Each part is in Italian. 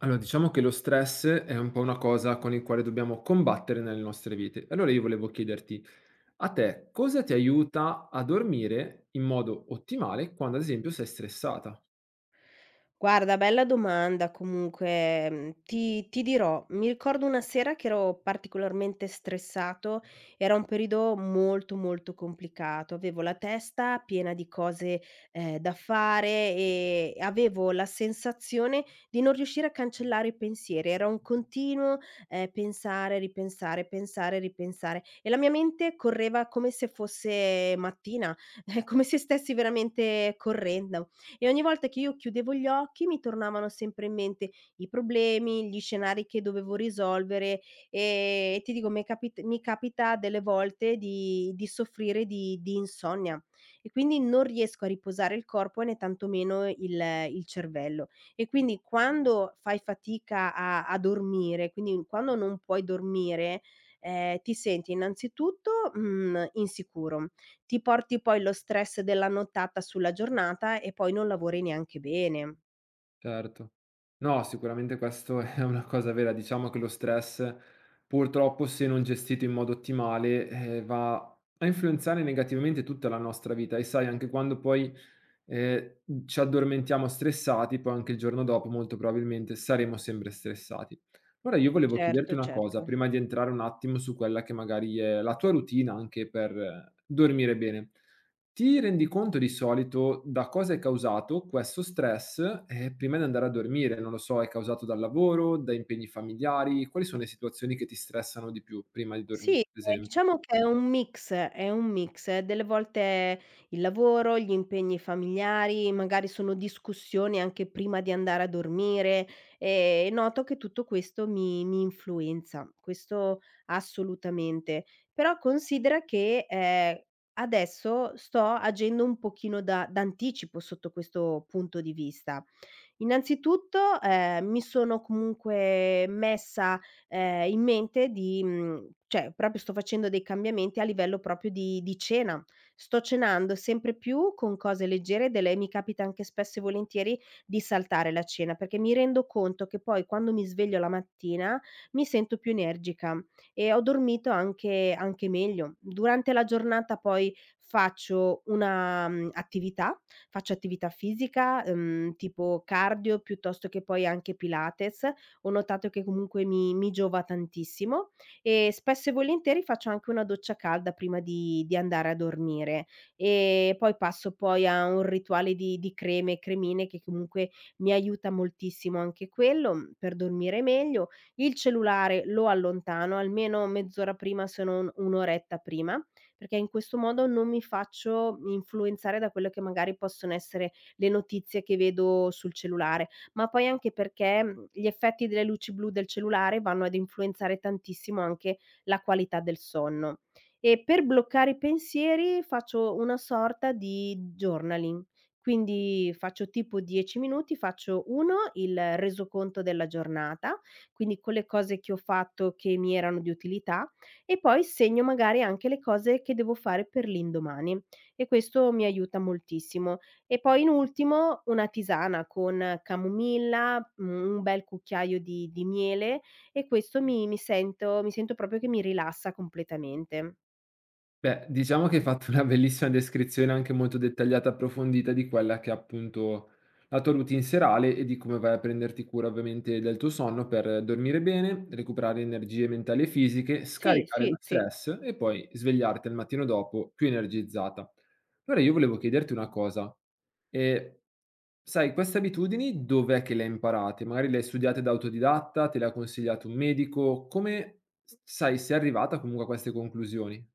Allora, diciamo che lo stress è un po' una cosa con il quale dobbiamo combattere nelle nostre vite. Allora io volevo chiederti, a te cosa ti aiuta a dormire in modo ottimale quando ad esempio sei stressata? Guarda, bella domanda comunque, ti dirò, mi ricordo una sera che ero particolarmente stressato, era un periodo molto, molto complicato, avevo la testa piena di cose, da fare e avevo la sensazione di non riuscire a cancellare i pensieri, era un continuo, pensare, ripensare e la mia mente correva come se fosse mattina, come se stessi veramente correndo e ogni volta che io chiudevo gli occhi mi tornavano sempre in mente i problemi, gli scenari che dovevo risolvere, e ti dico mi capita delle volte di soffrire di insonnia e quindi non riesco a riposare il corpo né tantomeno il cervello. E quindi quando fai fatica a dormire, quindi quando non puoi dormire, ti senti innanzitutto, insicuro. Ti porti poi lo stress della nottata sulla giornata e poi non lavori neanche bene. Certo. No, sicuramente questo è una cosa vera. Diciamo che lo stress purtroppo se non gestito in modo ottimale va a influenzare negativamente tutta la nostra vita e sai anche quando poi ci addormentiamo stressati, poi anche il giorno dopo molto probabilmente saremo sempre stressati. Ora io volevo chiederti Certo, una certo. cosa, prima di entrare un attimo su quella che magari è la tua routine anche per dormire bene. Ti rendi conto di solito da cosa è causato questo stress, prima di andare a dormire? Non lo so, è causato dal lavoro, da impegni familiari? Quali sono le situazioni che ti stressano di più prima di Sì, dormire, per esempio? diciamo che è un mix. Delle volte il lavoro, gli impegni familiari, magari sono discussioni anche prima di andare a dormire, e noto che tutto questo mi influenza, questo assolutamente. Però considera che, adesso sto agendo un pochino da d'anticipo sotto questo punto di vista. Innanzitutto, mi sono comunque messa, in mente di cioè proprio sto facendo dei cambiamenti a livello proprio di cena. Sto cenando sempre più con cose leggere, delle mi capita anche spesso e volentieri di saltare la cena, perché mi rendo conto che poi quando mi sveglio la mattina mi sento più energica e ho dormito anche meglio. Durante la giornata poi faccio una, mhmm, attività faccio attività fisica, tipo cardio piuttosto che poi anche Pilates. Ho notato che comunque mi giova tantissimo e spesso e volentieri faccio anche una doccia calda prima di andare a dormire. E poi passo poi a un rituale di creme e cremine che comunque mi aiuta moltissimo anche quello, per dormire meglio. Il cellulare lo allontano, almeno mezz'ora prima se non un'oretta prima perché in questo modo non mi faccio influenzare da quello che magari possono essere le notizie che vedo sul cellulare, ma poi anche perché, gli effetti delle luci blu del cellulare vanno ad influenzare tantissimo anche la qualità del sonno. E per bloccare i pensieri faccio una sorta di journaling, quindi faccio tipo 10 minuti, faccio 1 il resoconto della giornata, quindi con le cose che ho fatto che mi erano di utilità, e poi segno magari anche le cose che devo fare per l'indomani e questo mi aiuta moltissimo. E poi in ultimo una tisana con camomilla, un bel cucchiaio di miele e questo mi sento proprio che mi rilassa completamente. Beh, diciamo che hai fatto una bellissima descrizione anche molto dettagliata e approfondita di quella che è appunto la tua routine serale e di come vai a prenderti cura ovviamente del tuo sonno per dormire bene, recuperare energie mentali e fisiche, Sì, scaricare sì, lo sì. stress e poi svegliarti al mattino dopo più energizzata. Allora io volevo chiederti una cosa. E sai, queste abitudini dov'è che le hai imparate? Magari le hai studiate da autodidatta, te le ha consigliato un medico? Come sai, sei arrivata comunque a queste conclusioni?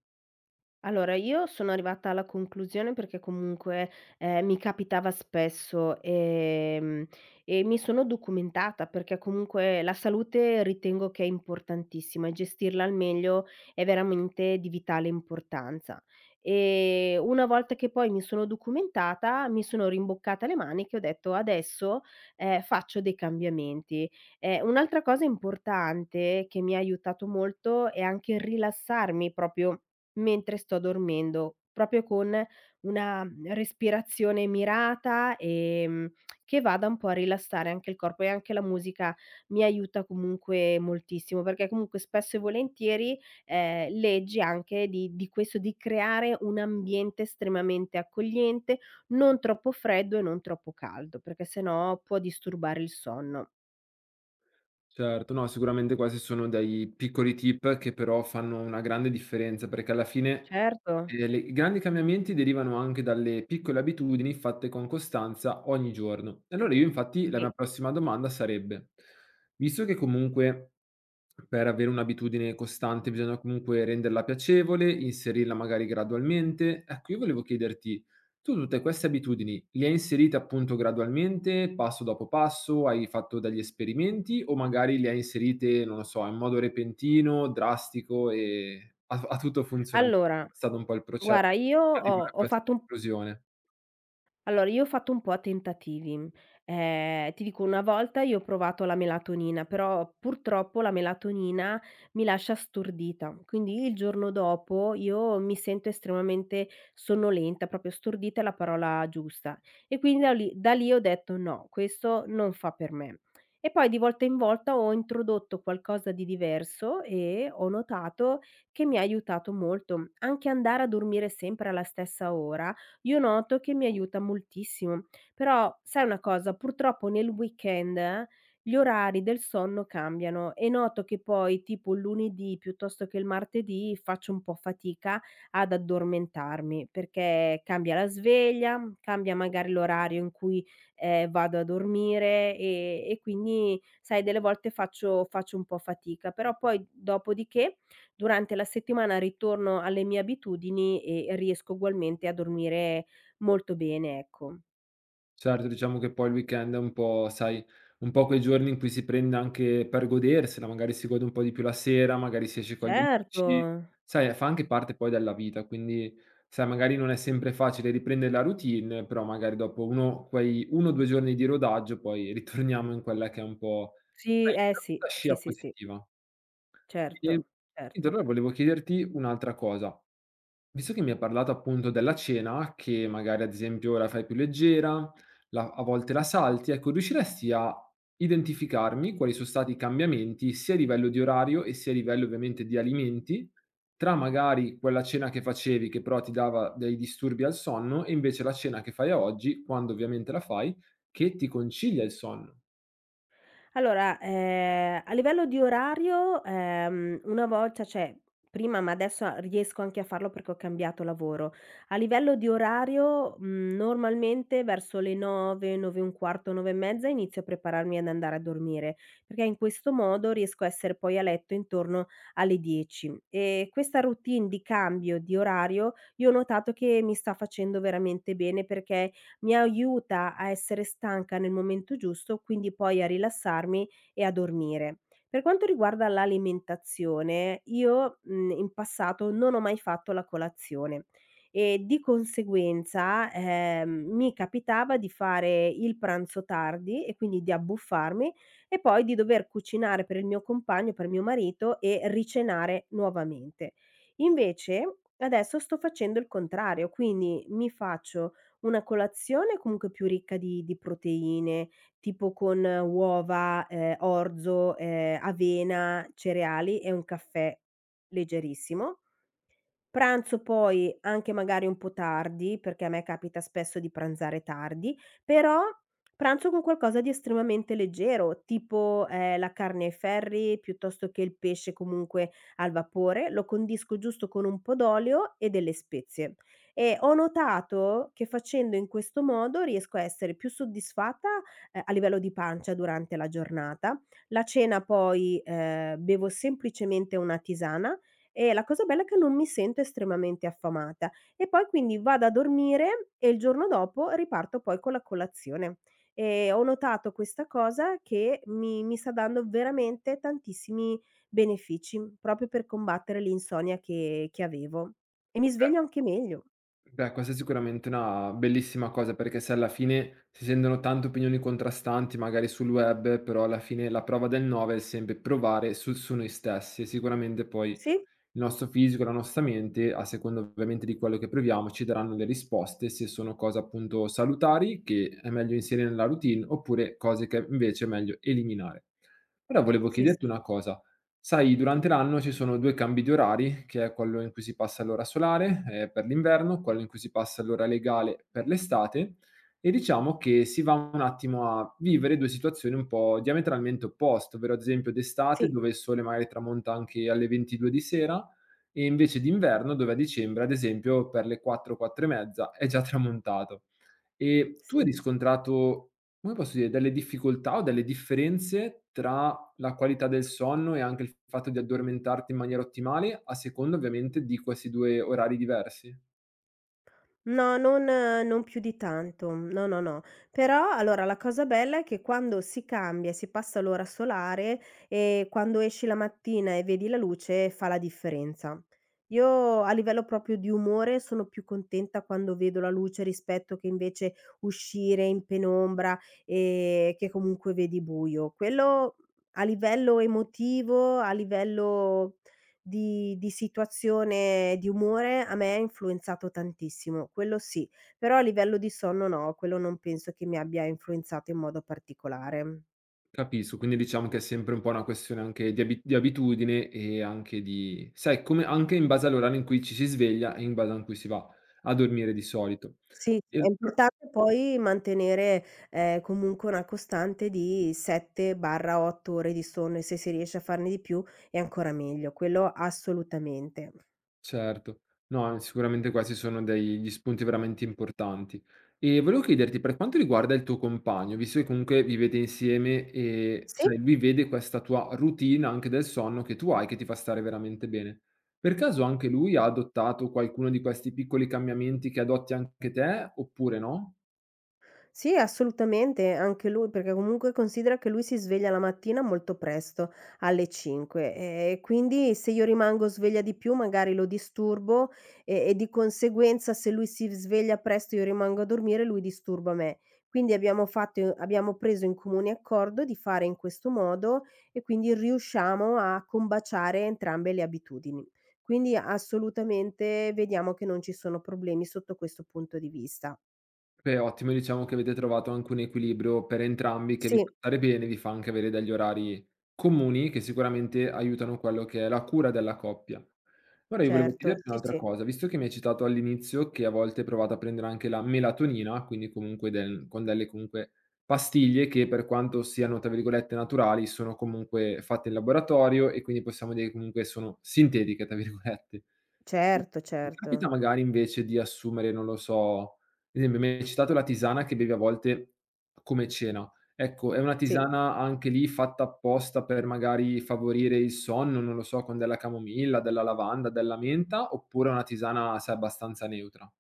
Allora, io sono arrivata alla conclusione perché comunque, mi capitava spesso, e mi sono documentata perché comunque la salute ritengo che è importantissima e gestirla al meglio è veramente di vitale importanza. Una volta che poi mi sono documentata, mi sono rimboccata le maniche e ho detto: "Adesso, faccio dei cambiamenti". Un'altra cosa importante che mi ha aiutato molto è anche rilassarmi proprio mentre sto dormendo, proprio con una, respirazione mirata, che vada un po' a rilassare anche il corpo e anche la musica mi aiuta comunque moltissimo, perché comunque spesso e volentieri, leggi anche di questo, di creare un ambiente estremamente accogliente, non troppo freddo e non troppo caldo, perché se no può disturbare il sonno. Certo, no, sicuramente questi sono dei piccoli tip che però fanno una grande differenza, perché alla fine, Certo, le i grandi cambiamenti derivano anche dalle piccole abitudini fatte con costanza ogni giorno. E allora io infatti la mia sì. prossima domanda sarebbe: visto che comunque per avere un'abitudine costante bisogna comunque renderla piacevole, inserirla magari gradualmente, ecco io volevo chiederti tu tutte queste abitudini le hai inserite appunto gradualmente, passo dopo passo, hai fatto degli esperimenti o magari le hai inserite, non lo so, in modo repentino, drastico e ha tutto funzionato? Allora, È stato un po' il processo guarda io per ho arrivare a ho questa fatto un conclusione. Allora, io ho fatto un po' a tentativi. Ti dico, una volta io ho provato la melatonina, però purtroppo la melatonina mi lascia stordita, quindi il giorno dopo io mi sento estremamente sonnolenta, proprio stordita è la parola giusta. E quindi da lì ho detto: "No, questo non fa per me". E poi di volta in volta ho introdotto qualcosa di diverso e ho notato che mi ha aiutato molto. Anche andare a dormire sempre alla stessa ora io noto che mi aiuta moltissimo. Però sai una cosa, purtroppo nel weekend gli orari del sonno cambiano e noto che poi tipo il lunedì piuttosto che il martedì faccio un po' fatica ad addormentarmi perché cambia la sveglia, cambia magari l'orario in cui, vado a dormire e quindi sai delle volte faccio un po' fatica. Però poi dopodiché durante la settimana ritorno alle mie abitudini e riesco ugualmente a dormire molto bene, ecco. Certo, diciamo che poi il weekend è un po' sai, un po' quei giorni in cui si prende anche per godersela, magari si gode un po' di più la sera, magari si esce con gli Certo. amici. Sai, fa anche parte poi della vita, quindi sai, magari non è sempre facile riprendere la routine, però magari dopo uno quei 1 o 2 giorni di rodaggio poi ritorniamo in quella che è un po' Sì, sai, eh sì, la sì, scia sì, sì, positiva. Ehm, certo, niente, certo. allora volevo chiederti un'altra cosa. Visto che mi hai parlato appunto della cena, che magari ad esempio la fai più leggera, la a volte la salti, ecco, riusciresti a identificarmi quali sono stati i cambiamenti, sia a livello di orario e sia a livello ovviamente di alimenti, tra magari quella cena che facevi, che però ti dava dei disturbi al sonno, e invece la cena che fai a oggi, quando ovviamente la fai, che ti concilia il sonno? Allora, a livello di orario, una volta cioè prima, ma adesso a riesco anche a farlo perché ho cambiato lavoro. A livello di orario, normalmente verso le 9, 9 e un quarto, 9 e mezza inizio a prepararmi ad andare a dormire, perché in questo modo riesco a essere poi a letto intorno alle 10. Questa routine di cambio di orario, io ho notato che mi sta facendo veramente bene perché mi aiuta a essere stanca nel momento giusto, quindi poi a rilassarmi e a dormire. Per quanto riguarda l'alimentazione, io, in passato non ho mai fatto la colazione e di conseguenza, mi capitava di fare il pranzo tardi e quindi di abbuffarmi e poi di dover cucinare per il mio compagno, per mio marito e ricenare nuovamente. Invece adesso sto facendo il contrario, quindi mi faccio una colazione comunque più ricca di proteine, tipo con uova, orzo, avena, cereali e un caffè leggerissimo. Pranzo poi anche magari un po' tardi, perché a me capita spesso di pranzare tardi, però pranzo con qualcosa di estremamente leggero, tipo, la carne ai ferri piuttosto che il pesce comunque al vapore, lo condisco giusto con un po' d'olio e delle spezie. E ho notato che facendo in questo modo riesco a essere più soddisfatta, a livello di pancia durante la giornata. La cena poi, bevo semplicemente una tisana e la cosa bella è che non mi sento estremamente affamata e poi quindi vado a dormire e il giorno dopo riparto poi con la colazione. E ho notato questa cosa che mi sta dando veramente tantissimi benefici, proprio per combattere l'insonnia che avevo. E mi sveglio anche meglio. Beh, questa è sicuramente una bellissima cosa, perché se alla fine si sentono tante opinioni contrastanti, magari sul web, però alla fine la prova del 9 è sempre provare su noi stessi e sicuramente poi il Sì, nostro fisico, la nostra mente, a seconda ovviamente di quello che proviamo, ci daranno le risposte se sono cose appunto salutari che è meglio inserire nella routine oppure cose che invece è meglio eliminare. Ora volevo sì, chiederti sì, una cosa, sai durante l'anno ci sono 2 cambi di orari, che è quello in cui si passa all'ora solare, per l'inverno, quello in cui si passa all'ora legale per l'estate e diciamo che si va un attimo a vivere 2 situazioni un po' diametralmente opposte, ovvero ad esempio d'estate sì, dove il sole magari tramonta anche alle 22 di sera e invece d'inverno, dove a dicembre, ad esempio, per le 4, 4 e mezza è già tramontato. E tu hai sì. riscontrato, come posso dire, delle difficoltà o delle differenze tra la qualità del sonno e anche il fatto di addormentarti in maniera ottimale, a seconda ovviamente di questi 2 orari diversi? No, non più di tanto. No, no, no. Però allora la cosa bella è che quando si cambia e si passa all'ora solare, quando esci la mattina e vedi la luce fa la differenza. Io a livello proprio di umore sono più contenta quando vedo la luce rispetto che invece uscire in penombra, che comunque vedi buio. Quello a livello emotivo, a livello di situazione, di umore a me ha influenzato tantissimo, quello sì, però a livello di sonno no, quello non penso che mi abbia influenzato in modo particolare. Capisco, quindi diciamo che è sempre un po' una questione anche di abi di abitudine e anche di sai, come anche in base all'orario in cui ci si sveglia e in base a in cui si va a dormire di solito. Sì, sì, E è allora importante poi mantenere, comunque una costante di 7/8 ore di sonno e se si riesce a farne di più è ancora meglio, quello assolutamente. certo. No, sicuramente questi sono degli spunti veramente importanti. E volevo chiederti, per quanto riguarda il tuo compagno, visto che comunque vivete insieme e Sì. sai, lui vede questa tua routine anche del sonno che tu hai, che ti fa stare veramente bene. Per caso anche lui ha adottato qualcuno di questi piccoli cambiamenti che adotti anche te, oppure no? Sì, assolutamente, anche lui, perché comunque considera che lui si sveglia la mattina molto presto, alle 5, e quindi se io rimango sveglia di più magari lo disturbo e di conseguenza se lui si sveglia presto e io rimango a dormire, lui disturba me. Quindi abbiamo preso in comune accordo di fare in questo modo e quindi riusciamo a combaciare entrambe le abitudini. Quindi assolutamente vediamo che non ci sono problemi sotto questo punto di vista. Beh, ottimo diciamo che avete trovato anche un equilibrio per entrambi che vi fa Sì. stare bene, vi fa anche avere degli orari comuni che sicuramente aiutano quello che è la cura della coppia. Ora io volevo Certo, chiederti sì, un'altra sì, cosa, visto che mi hai citato all'inizio che a volte provate a prendere anche la melatonina, quindi comunque del con delle comunque pastiglie che per quanto siano, tra virgolette, "naturali" sono comunque fatte in laboratorio e quindi possiamo dire che comunque sono "sintetiche" tra virgolette. certo, Ti capita certo. magari invece di assumere, non lo so, per esempio mi hai citato la tisana che bevi a volte come cena. Ecco, è una Sì. tisana anche lì fatta apposta per magari favorire il sonno, non lo so, con della camomilla, della lavanda, della menta, oppure è una tisana, sai, abbastanza neutra?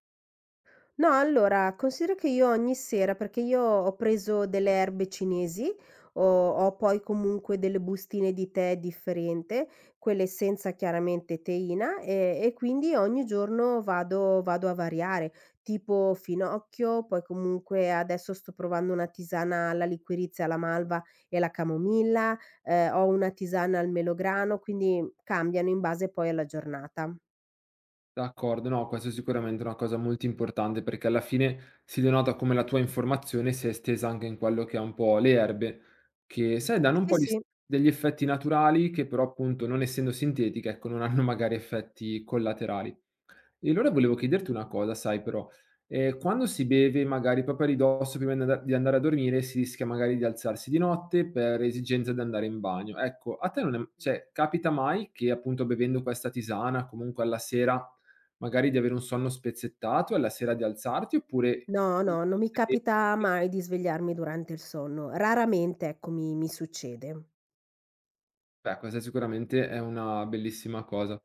No, allora considera che io ogni sera perché io ho preso delle erbe cinesi, ho ho poi comunque delle bustine di tè differente, quelle senza chiaramente teina, e quindi ogni giorno vado a variare, tipo finocchio, poi comunque adesso sto provando una tisana alla liquirizia, alla malva e alla camomilla, ho una tisana al melograno, quindi cambiano in base poi alla giornata. D'accordo, no, questo è sicuramente una cosa molto importante perché alla fine si denota come la tua informazione sia estesa anche in quello che è un po' le erbe, che sai danno un Sì, po' di s sì. degli effetti naturali che però appunto non essendo sintetiche, ecco, non hanno magari effetti collaterali. E allora volevo chiederti una cosa, sai però, quando si beve magari proprio a ridosso prima di anda di andare a dormire, si rischia magari di alzarsi di notte per esigenza di andare in bagno. Ecco, a te non è cioè capita mai che appunto bevendo questa tisana, comunque alla sera magari di avere un sonno spezzettato e alla sera di alzarti oppure No, no, non mi capita mai di svegliarmi durante il sonno. Raramente, ecco, mi succede. beh, questa sicuramente è una bellissima cosa.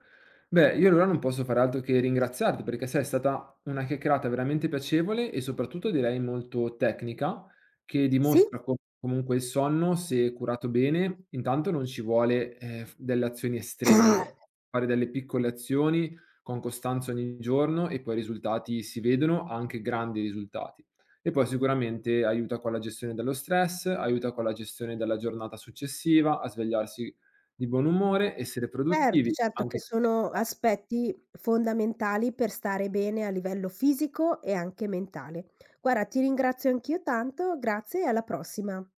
Beh, io allora non posso fare altro che ringraziarti perché sai, è stata una chiacchierata veramente piacevole e soprattutto direi molto tecnica, che Sì, dimostra comunque il sonno, se curato bene, intanto non ci vuole delle azioni estreme, ma fare delle piccole azioni con costanza ogni giorno e poi i risultati si vedono, anche grandi risultati. E poi sicuramente aiuta con la gestione dello stress, aiuta con la gestione della giornata successiva, a svegliarsi di buon umore, essere certo, produttivi, certo che anche sono esercitarsi. aspetti fondamentali per stare bene a livello fisico e anche mentale. Guarda, ti ringrazio anch'io tanto, grazie e alla prossima.